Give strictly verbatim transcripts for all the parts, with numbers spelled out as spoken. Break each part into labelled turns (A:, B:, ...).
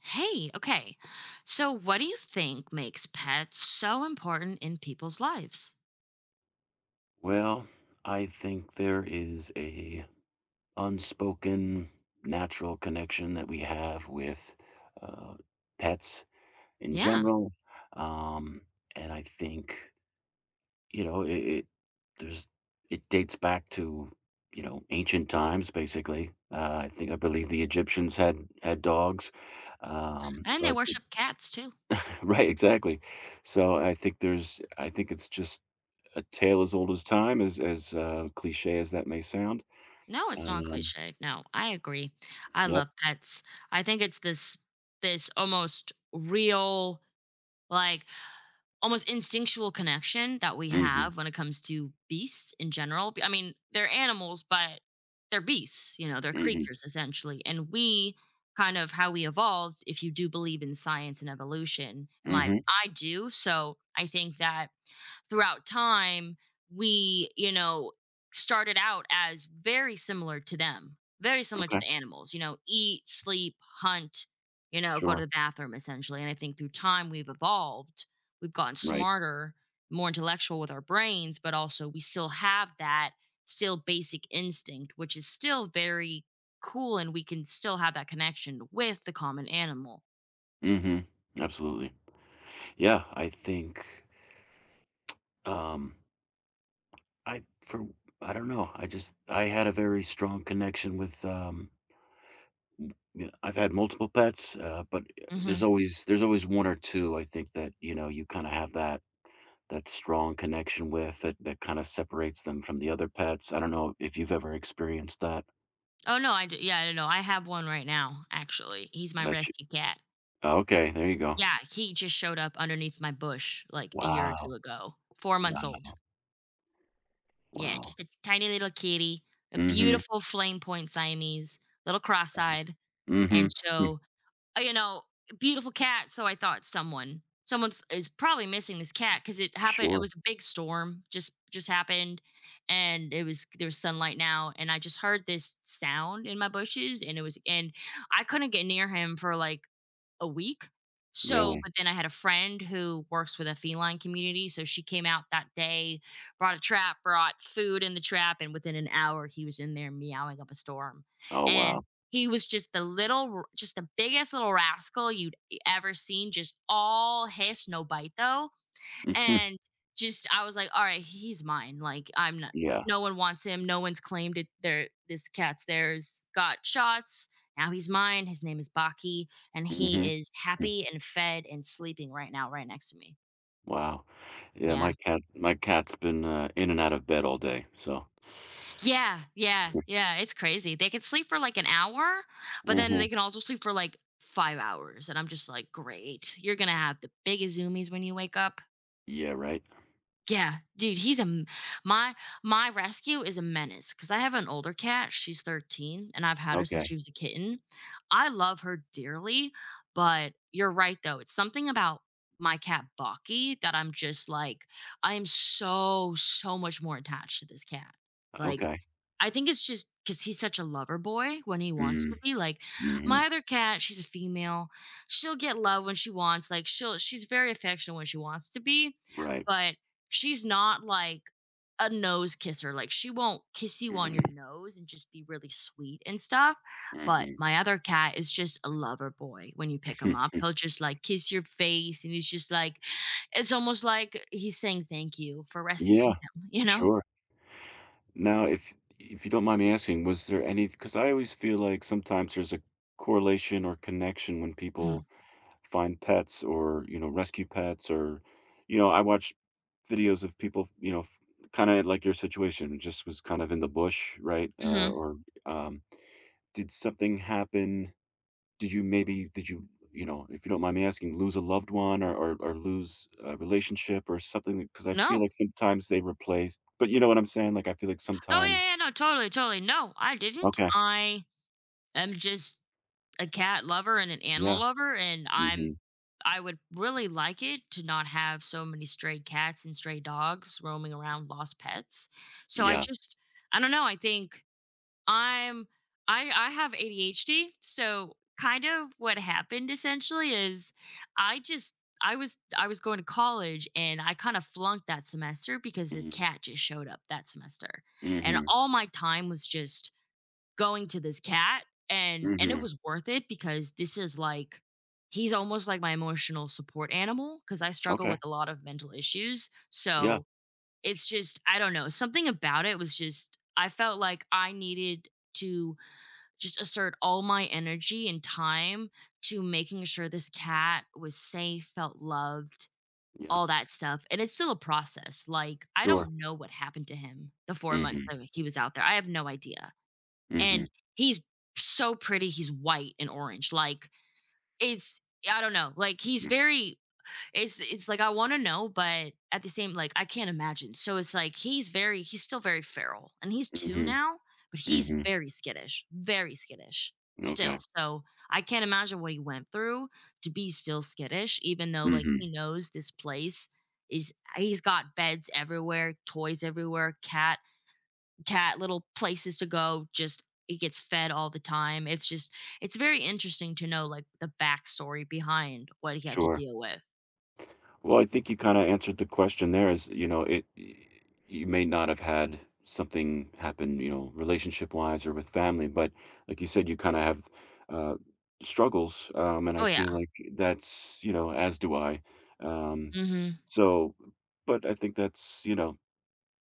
A: Hey, okay. So, what do you think makes pets so important in people's lives?
B: Well, I think there is a unspoken natural connection that we have with uh, pets in
A: Yeah.
B: general. Um, and I think you know it, it. There's it dates back to you know ancient times, basically. Uh, I think I believe the Egyptians had had dogs. um,
A: And
B: so
A: they
B: I think
A: worship cats too.
B: right, exactly. So I think there's I think it's just a tale as old as time, as as uh, cliche as that may sound.
A: No, it's not
B: Um,
A: cliche. No, I agree. I
B: yep.
A: love pets. I think it's this this almost real like almost instinctual connection that we
B: Mm.
A: have when it comes to beasts in general. I mean, they're animals, but they're beasts, you know, they're
B: Mhm,
A: creatures essentially. And we kind of how we evolved, if you do believe in science and evolution, in
B: mhm,
A: my
B: mhm.
A: I do. So I think that throughout time we, you know, started out as very similar to them, very similar to
B: Okay,
A: the animals, you know, eat, sleep, hunt, you know, go
B: sure,
A: to the bathroom essentially. And I think through time we've evolved, we've gotten
B: right.
A: smarter, more intellectual with our brains, but also we still have that still basic instinct which is still very cool, and we can still have that connection with the common animal.
B: Mm. Mhm, absolutely. Yeah, I think, um, I for I don't know, I just I had a very strong connection with, um m yeah. I've had multiple pets, uh, but, eh,
A: Hmm.
B: there's always there's always one or two, I think, that, you know, you kinda have that that strong connection with that that kinda separates them from the other pets. I don't know if you've ever experienced that.
A: Oh no, I d- Yeah, I don't know. I have one right now. Actually, he's my
B: That
A: rescue cat.
B: okay, there you go.
A: Yeah, he just showed up underneath my bush, like, a year or
B: Wow,
A: two ago. four
B: wow,
A: months old. Yeah,
B: wow.
A: just a tiny little kitty, a
B: Mhm,
A: beautiful flame point Siamese, little cross-eyed, and
B: mhm, hmm,
A: so, uh, you know, beautiful cat. So I thought someone someone's is probably missing this cat because it happened it
B: sure,
A: was a big storm, just just happened, and it was there was sunlight now, and I just heard this sound in my bushes, and it was and I couldn't get near him for, like, a week. So,
B: really.
A: but then I had a friend who works with a feline community. So she came out that day, brought a trap, brought food in the trap. And within an hour, he was in there meowing up a storm.
B: Oh,
A: And
B: wow.
A: he was just the little, r- just the biggest little rascal you'd e, ever seen, just all hiss, no bite though.
B: Mhm,
A: And just I was like, "All right, he's mine. Like I'm not
B: yeah,
A: no one wants him. No one's claimed it. There this cat's theirs. Got shots. Now he's mine. His name is Baki and
B: mhm,
A: he is
B: hmm,
A: happy and fed and sleeping right now right next to me."
B: wow. Yeah, my
A: Yeah.
B: cat my cat's been, uh, in and out of bed all day, so.
A: Yeah, yeah, yeah, it's crazy. They can sleep for like an hour, but then
B: Mhm,
A: they can also sleep for like five hours and I'm just like, "Great. You're going to have the biggest zoomies when you wake up."
B: yeah, right.
A: Yeah, dude, he's a m my my rescue is a menace because I have an older cat, she's thirteen, and I've had her since she
B: Okay,
A: was a kitten. I love her dearly, but you're right, though, it's something about my cat, Bucky, that I'm just like, I am so, so much more attached to this cat. Like,
B: okay.
A: I think it's just because he's such a lover boy when he wants
B: Mm,
A: to be. Like,
B: mhm,
A: my other cat, she's a female, she'll get love when she wants, like, she'll she's very affectionate when she wants to be,
B: right.
A: but she's not like a nose kisser. Like she won't kiss you on your
B: Mhm,
A: nose and just be really sweet and stuff. But
B: mhm.
A: my other cat is just a lover boy. When you pick him up, he'll just like kiss your face, and he's just like it's almost like he's saying thank you for rescuing
B: Yeah,
A: him, you know?
B: sure. Now, if if you don't mind me asking, was there any? Because I always feel like sometimes there's a correlation or connection when
A: Mm.
B: people find pets or, you know, rescue pets, or, you know, I watched videos of people, you know, kind of like your situation, just was kind of in the bush, right? Uh,
A: Mhm.
B: or um, did something happen? Did you maybe, did you, you know, if you don't mind me asking, lose a loved one, or, or, or lose a relationship or something? Because I feel
A: No.
B: like sometimes they replace, but you know what I'm saying? Like, I feel like
A: Oh
B: sometimes,
A: yeah, yeah, no, totally, totally. No, I didn't.
B: okay,
A: I am just a cat lover and an animal
B: yeah.
A: lover, and
B: Mm-hmm.
A: I'm I would really like it to not have so many stray cats and stray dogs roaming around, lost pets. So I
B: Yeah.
A: just I don't know, I think I'm I I have A D H D, so kind of what happened essentially is I just I was I was going to college and I kind of flunked that semester because this
B: Mm-hmm.
A: cat just showed up that semester. And
B: Mm-hmm.
A: all my time was just going to this cat, and and it
B: Mm-hmm.
A: was worth it because this is like he's almost like my emotional support animal because I struggle
B: Okay.
A: with a lot of mental issues.
B: Yeah.
A: So it's just I don't know, something about it was just I felt like I needed to just assert all my energy and time to making sure this cat was safe, felt loved,
B: Yeah.
A: all that stuff. And it's still a process. Like I
B: Sure.
A: don't know what happened to him the four months
B: Mm-hmm.
A: that he was out there. I have no idea.
B: Mm-hmm.
A: And he's so pretty. He's white and orange. Like it's I don't know. Like he's
B: Mm,
A: very it's it's like I want to know, but at the same like I can't imagine. So it's like he's very he's still very feral, and he's two
B: mhm,
A: now, but he's
B: mhm,
A: very skittish, very skittish still.
B: okay,
A: So I can't imagine what he went through to be still skittish even though like
B: mhm,
A: he knows this place is he's got beds everywhere, toys everywhere, cat cat little places to go, just it gets fed all the time. It's just it's very interesting to know like the backstory behind what he had to
B: sure.
A: deal with.
B: Well, I think you kinda answered the question there is, you know, it y you may not have had something happen, you know, relationship-wise or with family, but like you said, you kinda have, uh, struggles, um, and I
A: Oh yeah.
B: feel like that's, you know, as do I, um,
A: Hmm.
B: so. But I think that's, you know,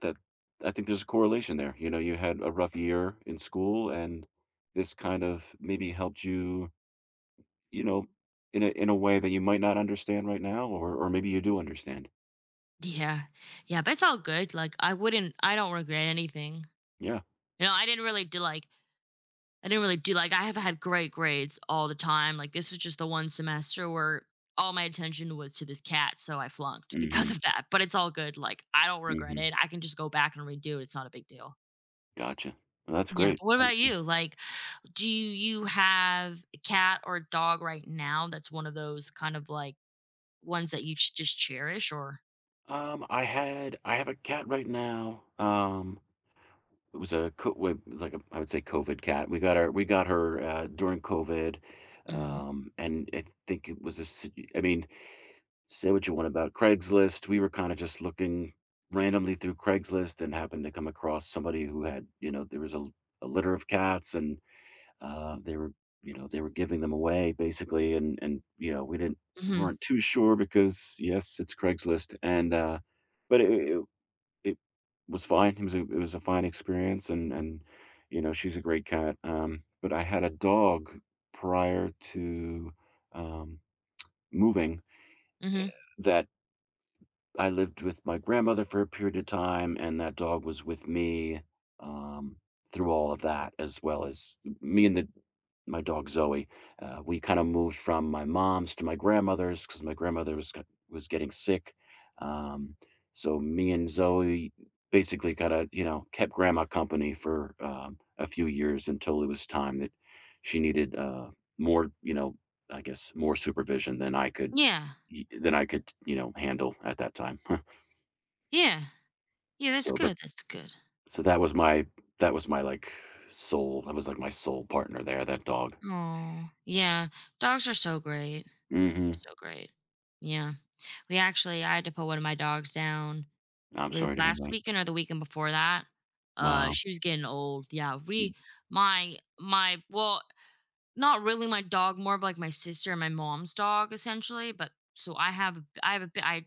B: that I think there's a correlation there. You know, you had a rough year in school, and this kind of maybe helped you, you know, in a in a way that you might not understand right now, or or maybe you do understand.
A: Yeah yeah, but it's all good. Like i wouldn't I don't regret anything,
B: Yeah.
A: you know. i didn't really do like I didn't really do like I have had great grades all the time. Like this was just the one semester where all my attention was to this cat, so I flunked because
B: Mhm.
A: of that. But it's all good, like I don't regret
B: Mhm.
A: it. I can just go back and redo it, it's not a big deal.
B: Gotcha. Well, that's
A: Yeah,
B: great,
A: but what
B: I
A: about
B: think.
A: you, like do you have a cat or a dog right now that's one of those kind of like ones that you ch- just cherish or?
B: Um, I had I have a cat right now. Um, it was a co- wa- like a I would say COVID cat. We got her we got her uh, during COVID,
A: Mm.
B: um, and I think it was a. s- I mean, say what you want about Craigslist. We were kind of just looking randomly through Craigslist and happened to come across somebody who had, you know, there was a a litter of cats, and Uh, they were, you know, they were giving them away basically, and and you know, we didn't
A: Mhm.
B: weren't too sure because yes, it's Craigslist, and uh, but it, it it was fine. It was a, it was a fine experience, and and you know, she's a great cat. Um, but I had a dog prior to, um, moving
A: Mhm.
B: that. I lived with my grandmother for a period of time, and that dog was with me, um, through all of that, as well as me and the my dog Zoe. Uh, we kinda moved from my mom's to my grandmother's because my grandmother was g was getting sick, um, so me and Zoe basically kinda, you know, kept grandma company for, um, a few years, until it was time that she needed, uh, more, you know, I guess, more supervision than I could,
A: Yeah.
B: Y than I could, you know, handle at that time.
A: Yeah. Yeah, that's
B: So, but
A: good. That's good.
B: so that was my that was my, like, soul that was, like, my soul partner there, that dog.
A: Oh, yeah. Dogs are so great.
B: Mhm.
A: They're so great. Yeah. We actually I had to put one of my dogs down,
B: I'm
A: I believe
B: sorry to hear
A: last
B: that.
A: weekend or the weekend before that. Uh,
B: Wow.
A: she was getting old. Yeah. We my my well, not really my dog, more of like my sister and my mom's dog essentially. But so I have I have a bi- I had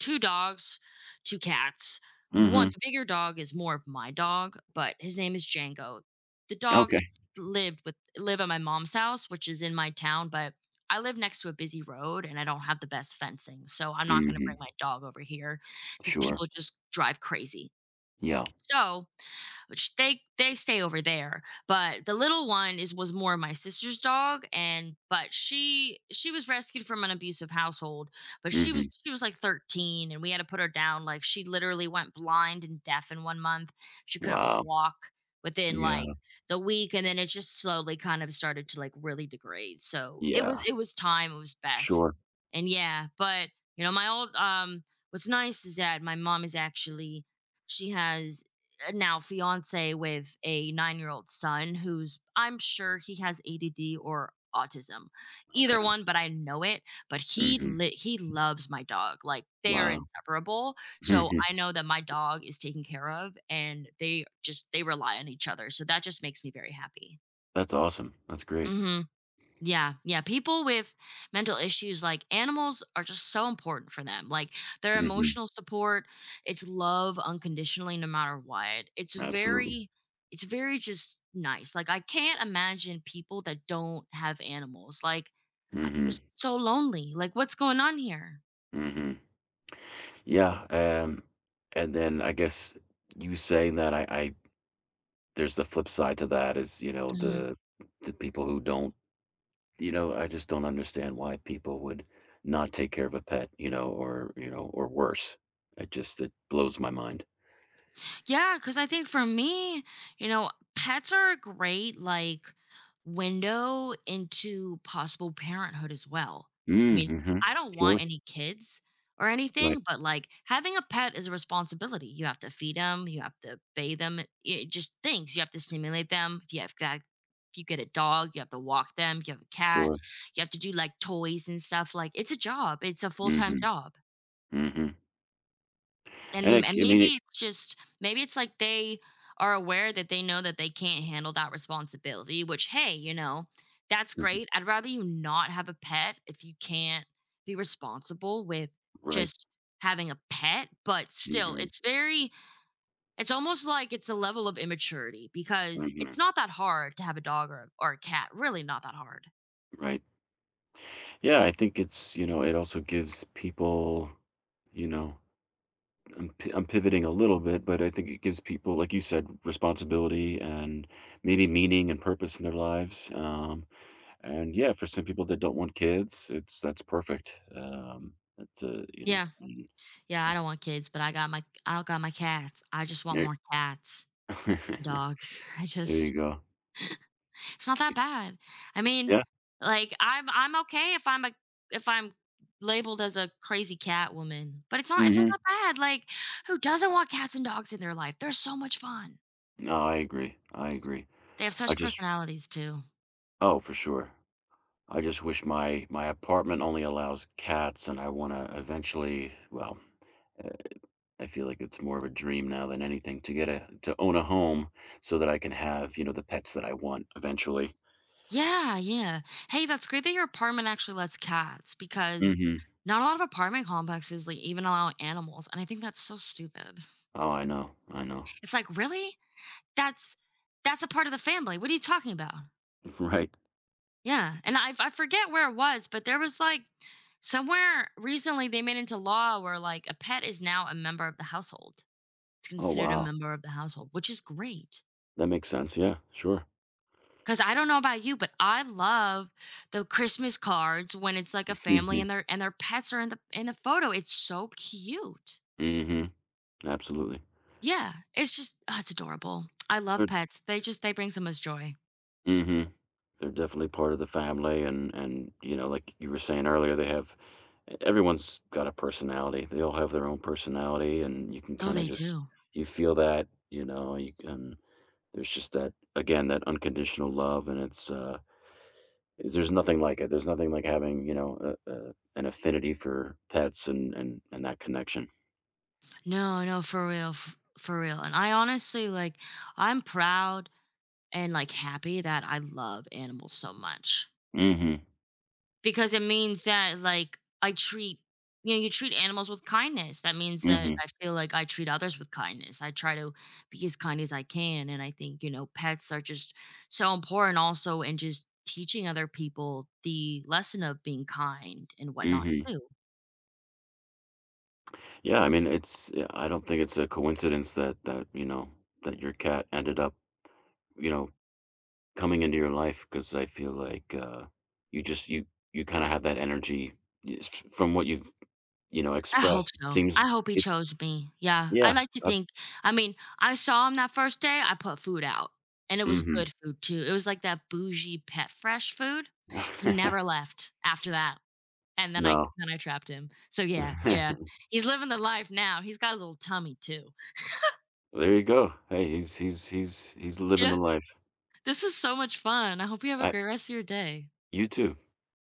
A: two dogs, two cats. One
B: Mhm.
A: the bigger dog is more of my dog, but his name is Django. The dog
B: Okay.
A: lived with live at my mom's house, which is in my town, but I live next to a busy road and I don't have the best fencing. So I'm not going to bring
B: Mhm.
A: my dog over here cuz
B: Sure.
A: people just drive crazy.
B: Yeah.
A: So, which they they stay over there. But the little one is was more my sister's dog, and but she she was rescued from an abusive household. But she
B: Mhm.
A: was she was like thirteen, and we had to put her down. Like she literally went blind and deaf in one month. She couldn't
B: Wow.
A: walk within like
B: Yeah.
A: the week, and then it just slowly kind of started to like really degrade. So it was
B: Yeah.
A: it was time, it was best,
B: Sure.
A: and yeah. But you know my old, um what's nice is that my mom is actually she has, uh, now, fiance with a nine year old son who's I'm sure he has A D D or autism, either
B: Okay.
A: one, but I know it. But he
B: Mhm.
A: lit he loves my dog, like they are
B: Wow.
A: inseparable. So
B: Mhm.
A: I know that my dog is taken care of, and they just they rely on each other. So that just makes me very happy.
B: That's awesome. That's great.
A: Hmm. Yeah, yeah. People with mental issues, like, animals are just so important for them. Like their
B: Mhm.
A: emotional support, it's love unconditionally, no matter what. It's
B: Absolutely.
A: very, it's very just nice. Like I can't imagine people that don't have animals. Like
B: Mhm.
A: just so lonely. Like what's going on here?
B: Mhm. Yeah, um, and then I guess you saying that I I there's the flip side to that is, you know, the the people who don't, you know, I just don't understand why people would not take care of a pet, you know, or, you know, or worse. It just it blows my mind.
A: Yeah, because I think for me, you know, pets are a great like window into possible parenthood as well. I
B: Mm,
A: mean,
B: mhm.
A: I don't
B: Sure.
A: want any kids or
B: Right.
A: anything, but like having a pet is a responsibility. You have to feed them, you have to bathe them, it just things. You have to stimulate them. If you have got if you get a dog, you have to walk them. You have a cat,
B: Sure.
A: you have to do like toys and stuff. Like it's a job. It's a full
B: Mm,
A: time
B: mhm.
A: job.
B: Mm, mhm. And
A: And
B: it
A: and
B: I mean,
A: maybe
B: it
A: it's just maybe it's like they are aware that they know that they can't handle that responsibility, which, hey, you know, that's
B: mhm,
A: great. I'd rather you not have a pet if you can't be responsible with
B: right.
A: just having a pet, but still,
B: Mhm.
A: it's very it's almost like it's a level of immaturity because
B: Mhm.
A: it's not that hard to have a dog or or a cat, really not that hard.
B: Right. Yeah, I think it's, you know, it also gives people, you know, I'm p- I'm pivoting a little bit, but I think it gives people, like you said, responsibility and maybe meaning and purpose in their lives. Um, and yeah, for some people that don't want kids, it's that's perfect. Um, that's, uh, you know,
A: Yeah.
B: and
A: Yeah, I don't want kids, but I got my I got my cats. I just want
B: yeah.
A: more cats, dogs. I
B: There you
A: just
B: go.
A: it's not that bad. I mean,
B: Yeah.
A: like I'm I'm okay if I'm a if I'm labeled as a crazy cat woman, but it's not it's not
B: Hmm.
A: that bad. Like who doesn't want cats and dogs in their life? They're so much fun.
B: No, I agree, I agree.
A: They have
B: I
A: such
B: just
A: personalities too.
B: oh, for sure. I just wish my my apartment only allows cats, and I want to eventually, well, I feel like it's more of a dream now than anything to get a to own a home so that I can have, you know, the pets that I want eventually.
A: Yeah, yeah. Hey, that's great that your apartment actually lets cats because
B: Mhm.
A: not a lot of apartment complexes like even allow animals, and I think that's so stupid.
B: Oh, I know, I know.
A: It's like, really? That's that's a part of the family. What are you talking about?
B: Right.
A: Yeah, and i I forget where it was, but there was like somewhere recently they made into law where like a pet is now a member of the household. It's
B: Oh,
A: considered a
B: wow.
A: member of the household, which is great.
B: That makes sense. Yeah, sure.
A: Cause I don't know about you, but I love the Christmas cards when it's like a family
B: Mhm.
A: and their and their pets are in the in the photo. It's so cute.
B: Mhm. Absolutely.
A: Yeah, it's just oh, it's adorable. I love
B: They're
A: pets. They just they bring so much joy.
B: Mhm. They're definitely part of the family, and and, you know, like you were saying earlier, they have, e everyone's got a personality. They all have their own personality, and you can
A: Oh,
B: kinda
A: they
B: just
A: do.
B: you feel that. You know, you can there's just that again, that unconditional love, and it's, uh there's nothing like it. There's nothing like having, you know, a, a, an affinity for pets, and and and that connection.
A: No, no, for real, f- for real. And I honestly like I'm proud and like happy that I love animals so much
B: Mhm.
A: because it means that like I treat you know you treat animals with kindness. That means that
B: Mhm.
A: I feel like I treat others with kindness. I try to be as kind as I can, and I think you know pets are just so important also in just teaching other people the lesson of being kind and whatnot
B: Mhm.
A: too.
B: Yeah, I mean, it's, yeah, I don't think it's a coincidence that that, you know, that your cat ended up, you know, coming into your life, because I feel like uh you just you you kind of have that energy, y- f- from what you've, you know,
A: I
B: expressed.
A: hope
B: It
A: so.
B: seems
A: I hope he
B: it's
A: chose me. Yeah, I
B: yeah.
A: like to
B: Uh,
A: think I mean, I saw him that first day, I put food out, and it was
B: mhm.
A: good food too. It was like that bougie pet fresh food. He never left after that, and then I
B: No.
A: then I trapped him. So yeah, yeah. He's living the life now. He's got a little tummy too.
B: There you go. Hey, he's he's he's he's living the
A: Yeah,
B: life.
A: this is so much fun. I hope you have a great rest of your day.
B: You too.